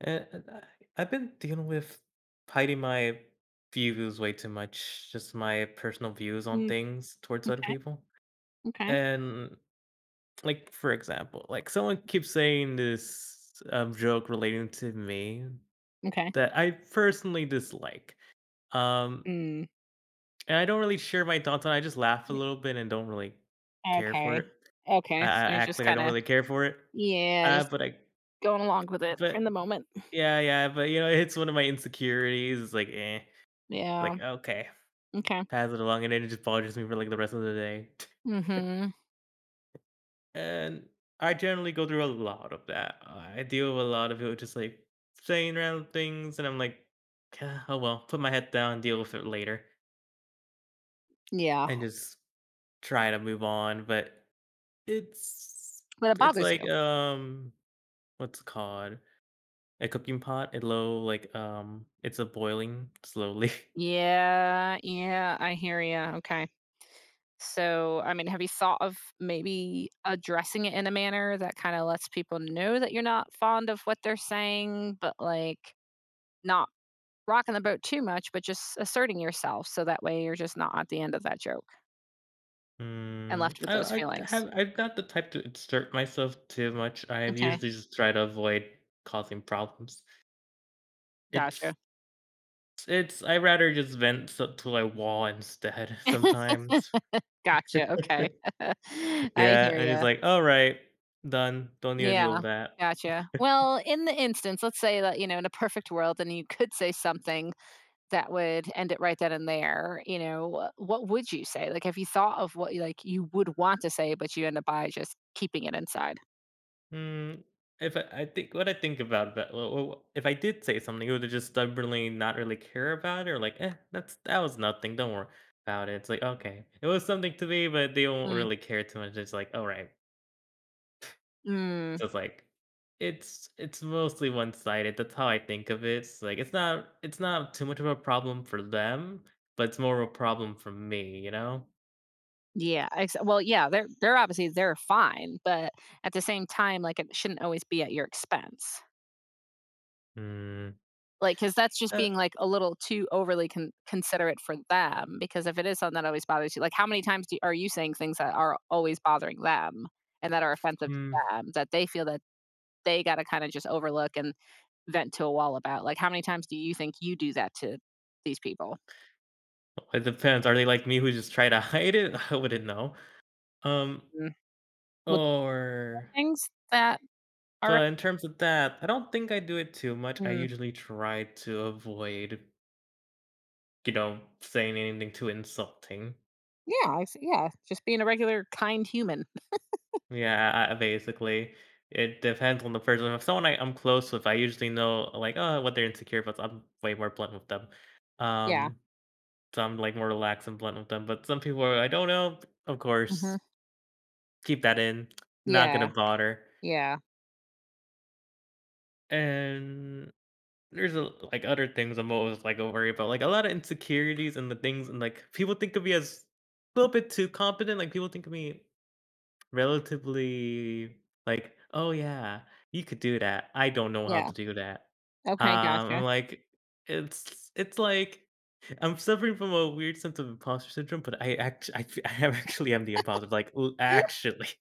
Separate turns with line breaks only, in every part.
And I've been dealing with hiding my views way too much, just my personal views on
Mm,
things towards other
okay,
people.
okay,
And like for example, like someone keeps saying this joke relating to me
okay.
that I personally dislike. Um,
Mm,
and I don't really share my thoughts on it. I just laugh a
y
little bit and don't really care for
okay,
it. I,
okay,
I
so you're
act
just
like I don't
kinda
really care for it.
yeah,
Uh,
just
but I,
going along with it
but
in the moment.
yeah, yeah, but it's one of my insecurities. It's like, eh.
Yeah,
Like, "Okay."
okay.
Pass it along, and then it just bothers me for, like, the rest of the day.
Mhm,
And I generally go through a lot of that. I deal with a lot of people just, like, saying random things, and I'm like, "Ah, "Oh, well." Put my head down, deal with it later,
yeah,
and just try to move on, but it's
but it
it's
bothers
like,
you.
what's it called? A cooking pot, it low like, it's a boiling slowly.
Yeah, yeah, I hear you. Okay. So, I mean, have you thought of maybe addressing it in a manner that kinda lets people know that you're not fond of what they're saying, but, like, not rocking the boat too much, but just asserting yourself so that way you're just not at the end of that joke? And
Mm,
left with those
I I
feelings.
have I'm not the type to exert myself too much. I
Okay,
usually just try to avoid causing problems.
gotcha.
It's it's I rather just vent so to a wall instead sometimes.
Gotcha, okay. I
Yeah,
hear
and it's
you.
like, "All right, done. Don't need to deal
Yeah,
with that."
gotcha. Well, in the instance, let's say that, you know, in a perfect world, then you could say something that would end it right then and there, you know, what would you say? Like, have you thought of what, like, you would want to say, but you end up by just keeping it inside?
Mm, if I think what I think about that, if I did say something, I would've just stubbornly not really care about it or like, "Eh, that was nothing, don't worry about it." It's like, "Okay, it was something to me," but they won't
Mm,
really care too much, it's like, "Alright."
mm,
So it's like it's mostly one-sided, that's how I think of it, it's like, it's not too much of a problem for them, but it's more of a problem for me, you know?
yeah, ex well, yeah, they're obviously they're fine, but at the same time, like, it shouldn't always be at your expense.
Hmm.
Like, because that's just
uh,
being, like, a little too overly considerate for them, because if it is something that always bothers you, like, how many times do are you saying things that are always bothering them and that are offensive to
mm,
them, that they feel that they gotta kinda just overlook and vent to a wall about? Like, how many times do you think you do that to these people?
it depends, are they like me who just try to hide it? I wouldn't know, um
Mm, with
Or
things that are
but in terms of that, I don't think I do it too much. I
mm,
usually try to avoid, you know, saying anything too insulting.
yeah, I see yeah, just being a regular kind human.
Yeah, I, basically, it depends on the person. If someone I'm close with, I usually know like, oh, what they're insecure about. So I'm way more blunt with them.
Yeah.
Um, so I'm like more relaxed and blunt with them. But some people are, I don't know. Of
Mhm.
course, keep that in. Not gonna
Yeah,
bother.
yeah,
And There's a like, Other things I'm always, like, worried about, like, a lot of insecurities and the things and, like, people think of me as a little bit too competent, like, people think of me relatively, like, "Oh, yeah, you could do that. I don't know how
yeah.
to do that." Um,
Okay, gotcha.
I'm like, it's like I'm suffering from a weird sense of imposter syndrome, but I act I fe- I am actually am the imposter, like, l actually.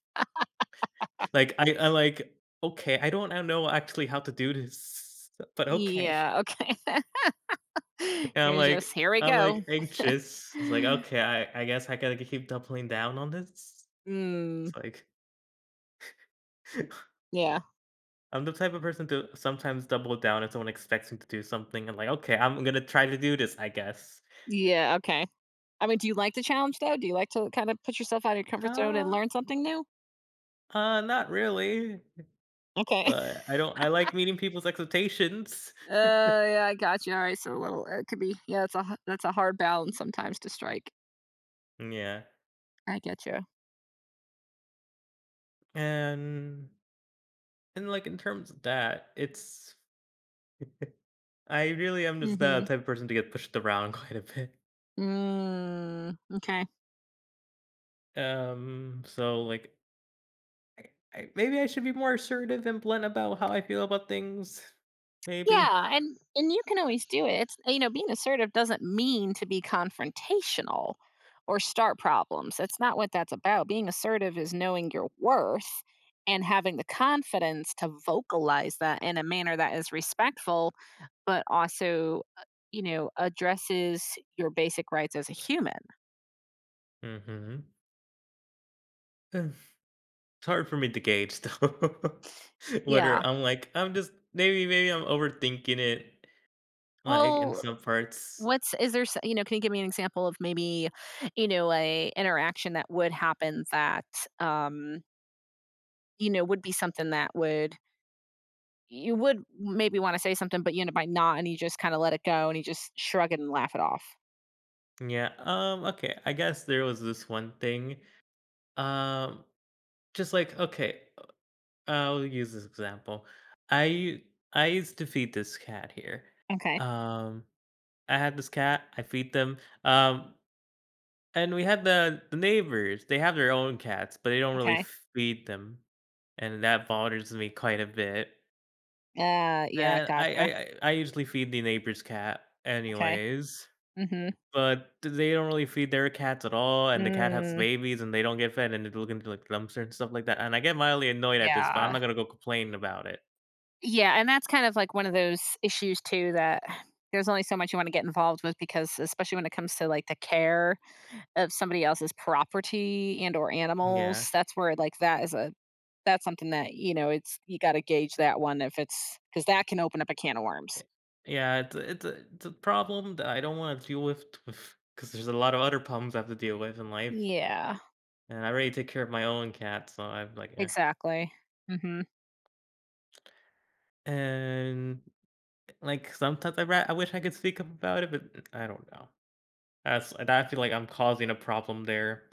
Like, I'm like, "Okay, I don't I know actually how to do this, but okay."
Yeah, okay.
And I'm
You're just,
like
"Here we
I'm
go."
like anxious. It's like, "Okay, I guess I gotta keep doubling down on this?"
Mm,
It's like,
yeah.
um, I'm the type of person to sometimes double down if someone expects me to do something. I'm like, "Okay, I'm gonna try to do this, I guess."
Yeah, okay. I mean, do you like the challenge, though? Do you like to kinda put yourself out of your comfort zone and
"Uh,
learn something new?
Not really,
Okay.
but I don't I like meeting people's expectations."
Yeah, I got you. Alright, so a little it could be yeah, it's that's a hard balance sometimes to strike.
Mm, yeah,
I get you.
and and like, in terms of that, it's I really am just the
Mhm.
type of person to get pushed around quite a bit.
Mm, m'kay.
So, like I I maybe I should be more assertive and blunt about how I feel about things. Maybe.
Yeah, and you can always do it. It's you know, being assertive doesn't mean to be confrontational or start problems. That's not what that's about. Being assertive is knowing your worth and having the confidence to vocalize that in a manner that is respectful but also you know addresses your basic rights as a human
Mhm. It's hard for me to gauge though.
yeah
Whether I'm like, I'm just maybe I'm overthinking it like in
well
some parts.
what's is there you know can you give me an example of maybe you know a interaction that would happen that um You know, would be something that would you would maybe wanna say something, but you end up by not, and you just kinda let it go, and you just shrug it and laugh it off.
Yeah. Okay. I guess there was this one thing. Um, just like, okay, I'll use this example. I I used to feed this cat here.
Okay,
Um, I had this cat, I feed them. Um, And we had the neighbors, they have their own cats, but they don't really
okay.
feed them, and that bothers me quite a bit.
Yeah,
And I I
gotcha.
I I usually feed the neighbor's cat
Okay.
anyways,
Mm. Mhm.
but they don't really feed their cats at all, and the cat has
Mm,
babies, and they don't get fed, and they look into, like, dumpster and stuff like that, and I get mildly annoyed at this, but I'm
yeah.
not gonna go complain about it.
Yeah, and that's kind of like one of those issues too that there's only so much you wanna get involved with because especially when it comes to, like, the care of somebody else's property and or
Yeah.
animals, that's where, like, that is a that's something that, you know, it's you gotta gauge that one if it's because that can open up a can of worms.
Yeah, it's a problem that I don't wanna deal with, because there's a lot of other problems I have to deal with in life,
Yeah,
and I already take care of my own cat, so I'm like, "Eh."
exactly. Mhm.
And, like, sometimes I wish I could speak up about it, but I don't know. That's and I feel like I'm causing a problem there.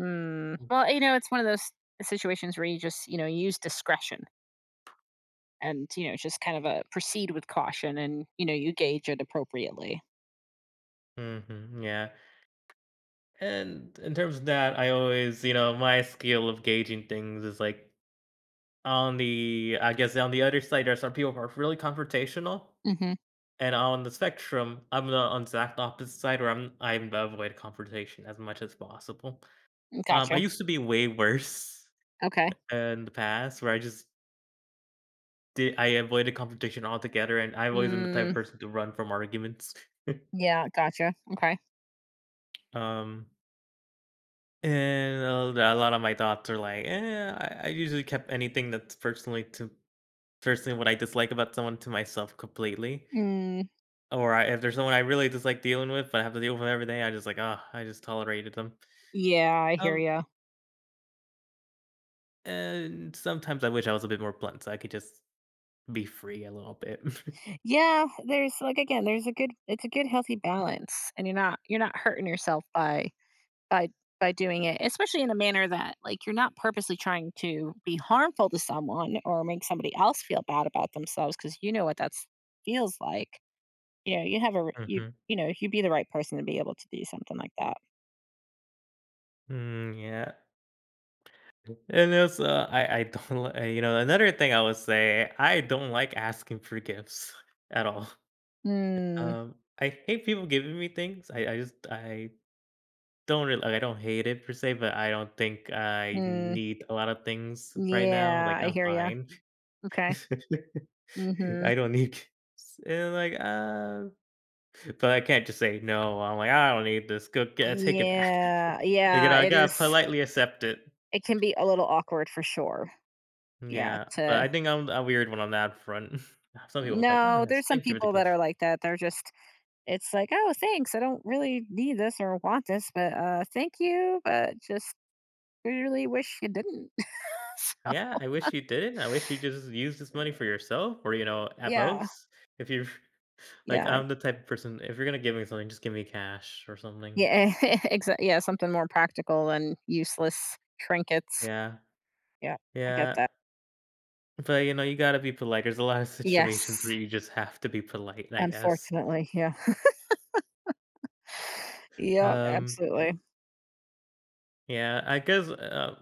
Mm. Well, you know, it's one of those situations where you just, you know, use discretion and, you know, just kind of a proceed with caution and, you know, you gauge it appropriately.
Mhm, yeah. And in terms of that, I always you know, my skill of gauging things is, like, on the I guess on the other side, there's some people who are really confrontational,
Mhm.
and on the spectrum, I'm the on the exact opposite side where I avoid confrontation as much as possible. I
Gotcha.
used to be way worse
Okay.
in the past where I just Did I avoided confrontation altogether, and I've always been the type of
Mm,
person to run from arguments.
yeah, gotcha. Okay.
Um, and a lot of my thoughts are like, eh, I usually kept anything that's personally what I dislike about someone to myself completely.
Mm,
Or I if there's someone I really dislike dealing with, but I have to deal with 'em every day, I just like, ah, I just tolerated them.
yeah, I hear
Um,
you.
and sometimes I wish I was a bit more blunt so I could just be free a little bit.
Yeah, there's like again, there's a good it's a good healthy balance and you're not hurting yourself by by by doing it, especially in a manner that like you're not purposely trying to be harmful to someone or make somebody else feel bad about themselves because you know what that feels like. You know, you have a you
Mhm.
you know you'd be the right person to be able to do something like that.
Mm, yeah. And also, I don't li you know, another thing I would say, I don't like asking for gifts at all.
Mm,
I hate people giving me things. I just I don't really like, I don't hate it per se, but I don't think I
mm,
need a lot of things right now.
yeah,
Like,
I
I'm
hear you.
fine.
Okay. Mm-hmm.
I don't need gifts. And, like, but I can't just say no. I'm like, "I don't need this. Go get take it back."
Yeah,
Like, you
yeah.
know, I
It is.
gotta politely accept it.
It can be a little awkward for sure. Yeah.
Yeah, but
To
I think I'm a weird one on that front. Some people are like, "Oh,
no,
yes,
there's some
thank you for the
people that are
gift."
like that. They're just It's like, "Oh, thanks. I don't really need this or want this, but, thank you, but just really wish you didn't."
Yeah, I wish you didn't. I wish you just used this money for yourself or, you know, at
Yeah,
most. If you're like,
yeah,
I'm the type of person, if you're gonna give me something, just give me cash or something.
yeah, exa yeah, something more practical than useless trinkets.
Yeah,
Yeah, I get
yeah.
that.
But, you know, you gotta be polite. There's a lot of
Yes,
situations where you just have to be polite, I guess.
unfortunately, yeah. Yep,
Um,
absolutely.
yeah, I guess, uh,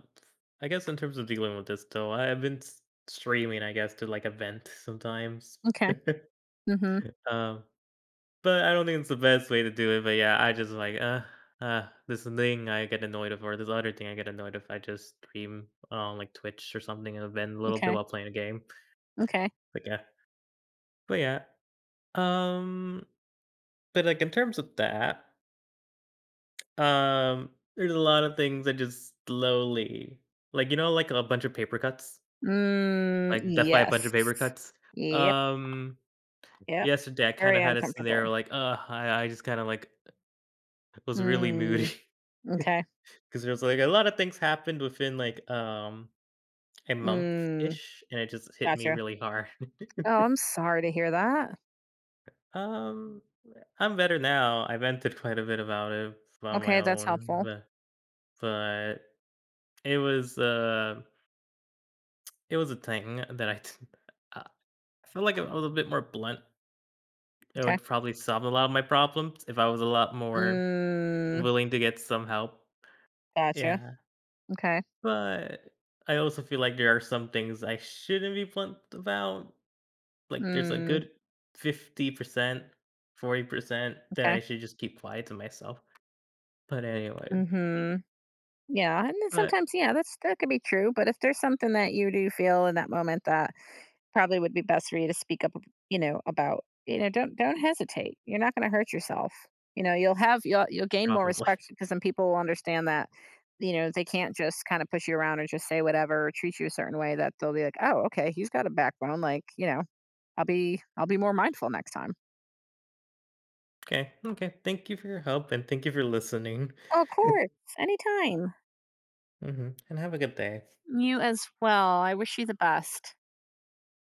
I guess in terms of dealing with this, though, I've been streaming, I guess, to like a vent sometimes.
Okay, mhm,
Um, But I don't think it's the best way to do it, but yeah, I just like, this thing I get annoyed of, or this other thing I get annoyed if I just stream on like Twitch or something and then a little bit
okay,
while playing a game.
okay.
But yeah, but yeah, um, but like in terms of that, um, there's a lot of things that just slowly, like you know, like a bunch of paper cuts,
Mm,
like death by a
yes.
bunch of paper cuts.
Yep,
Um,
yep.
Yesterday I kind
Very
of had a
uncomfortable.
scenario like, I just kind of like was really
Mm,
moody.
okay.
'Cause there's, like, a lot of things happened within, like, a
Mm,
month-ish, and it just hit me
gotcha.
really hard.
Oh, I'm sorry to hear that.
Um, I'm better now. I vented quite a bit about it on my
Okay, that's
own,
helpful.
but it was, uh, it was a thing that I did uh, I feel like if I was a bit more blunt, it
Okay.
would probably solve a lot of my problems if I was a lot more
Mm,
willing to get some help.
gotcha.
Yeah,
Okay.
but I also feel like there are some things I shouldn't be blunt about. Like, there's a
Mm,
good 50%, 40% that
okay.
I should just keep quiet to myself. But anyway,
Mm-hmm. Yeah, and then
but
sometimes, yeah, that's that could be true. But if there's something that you do feel in that moment that probably would be best for you to speak up, you know, about, you know, don't hesitate. You're not going to hurt yourself. You know, you'll gain more
probably.
respect because then people will understand that, you know, they can't just kind of push you around or just say whatever or treat you a certain way. That they'll be like, oh, okay, he's got a backbone. Like, you know I'll be more mindful next time.
Okay, okay, thank you for your help, and thank you for listening.
Of course, anytime.
Mhm, and have a good day.
You as well. I wish you the best.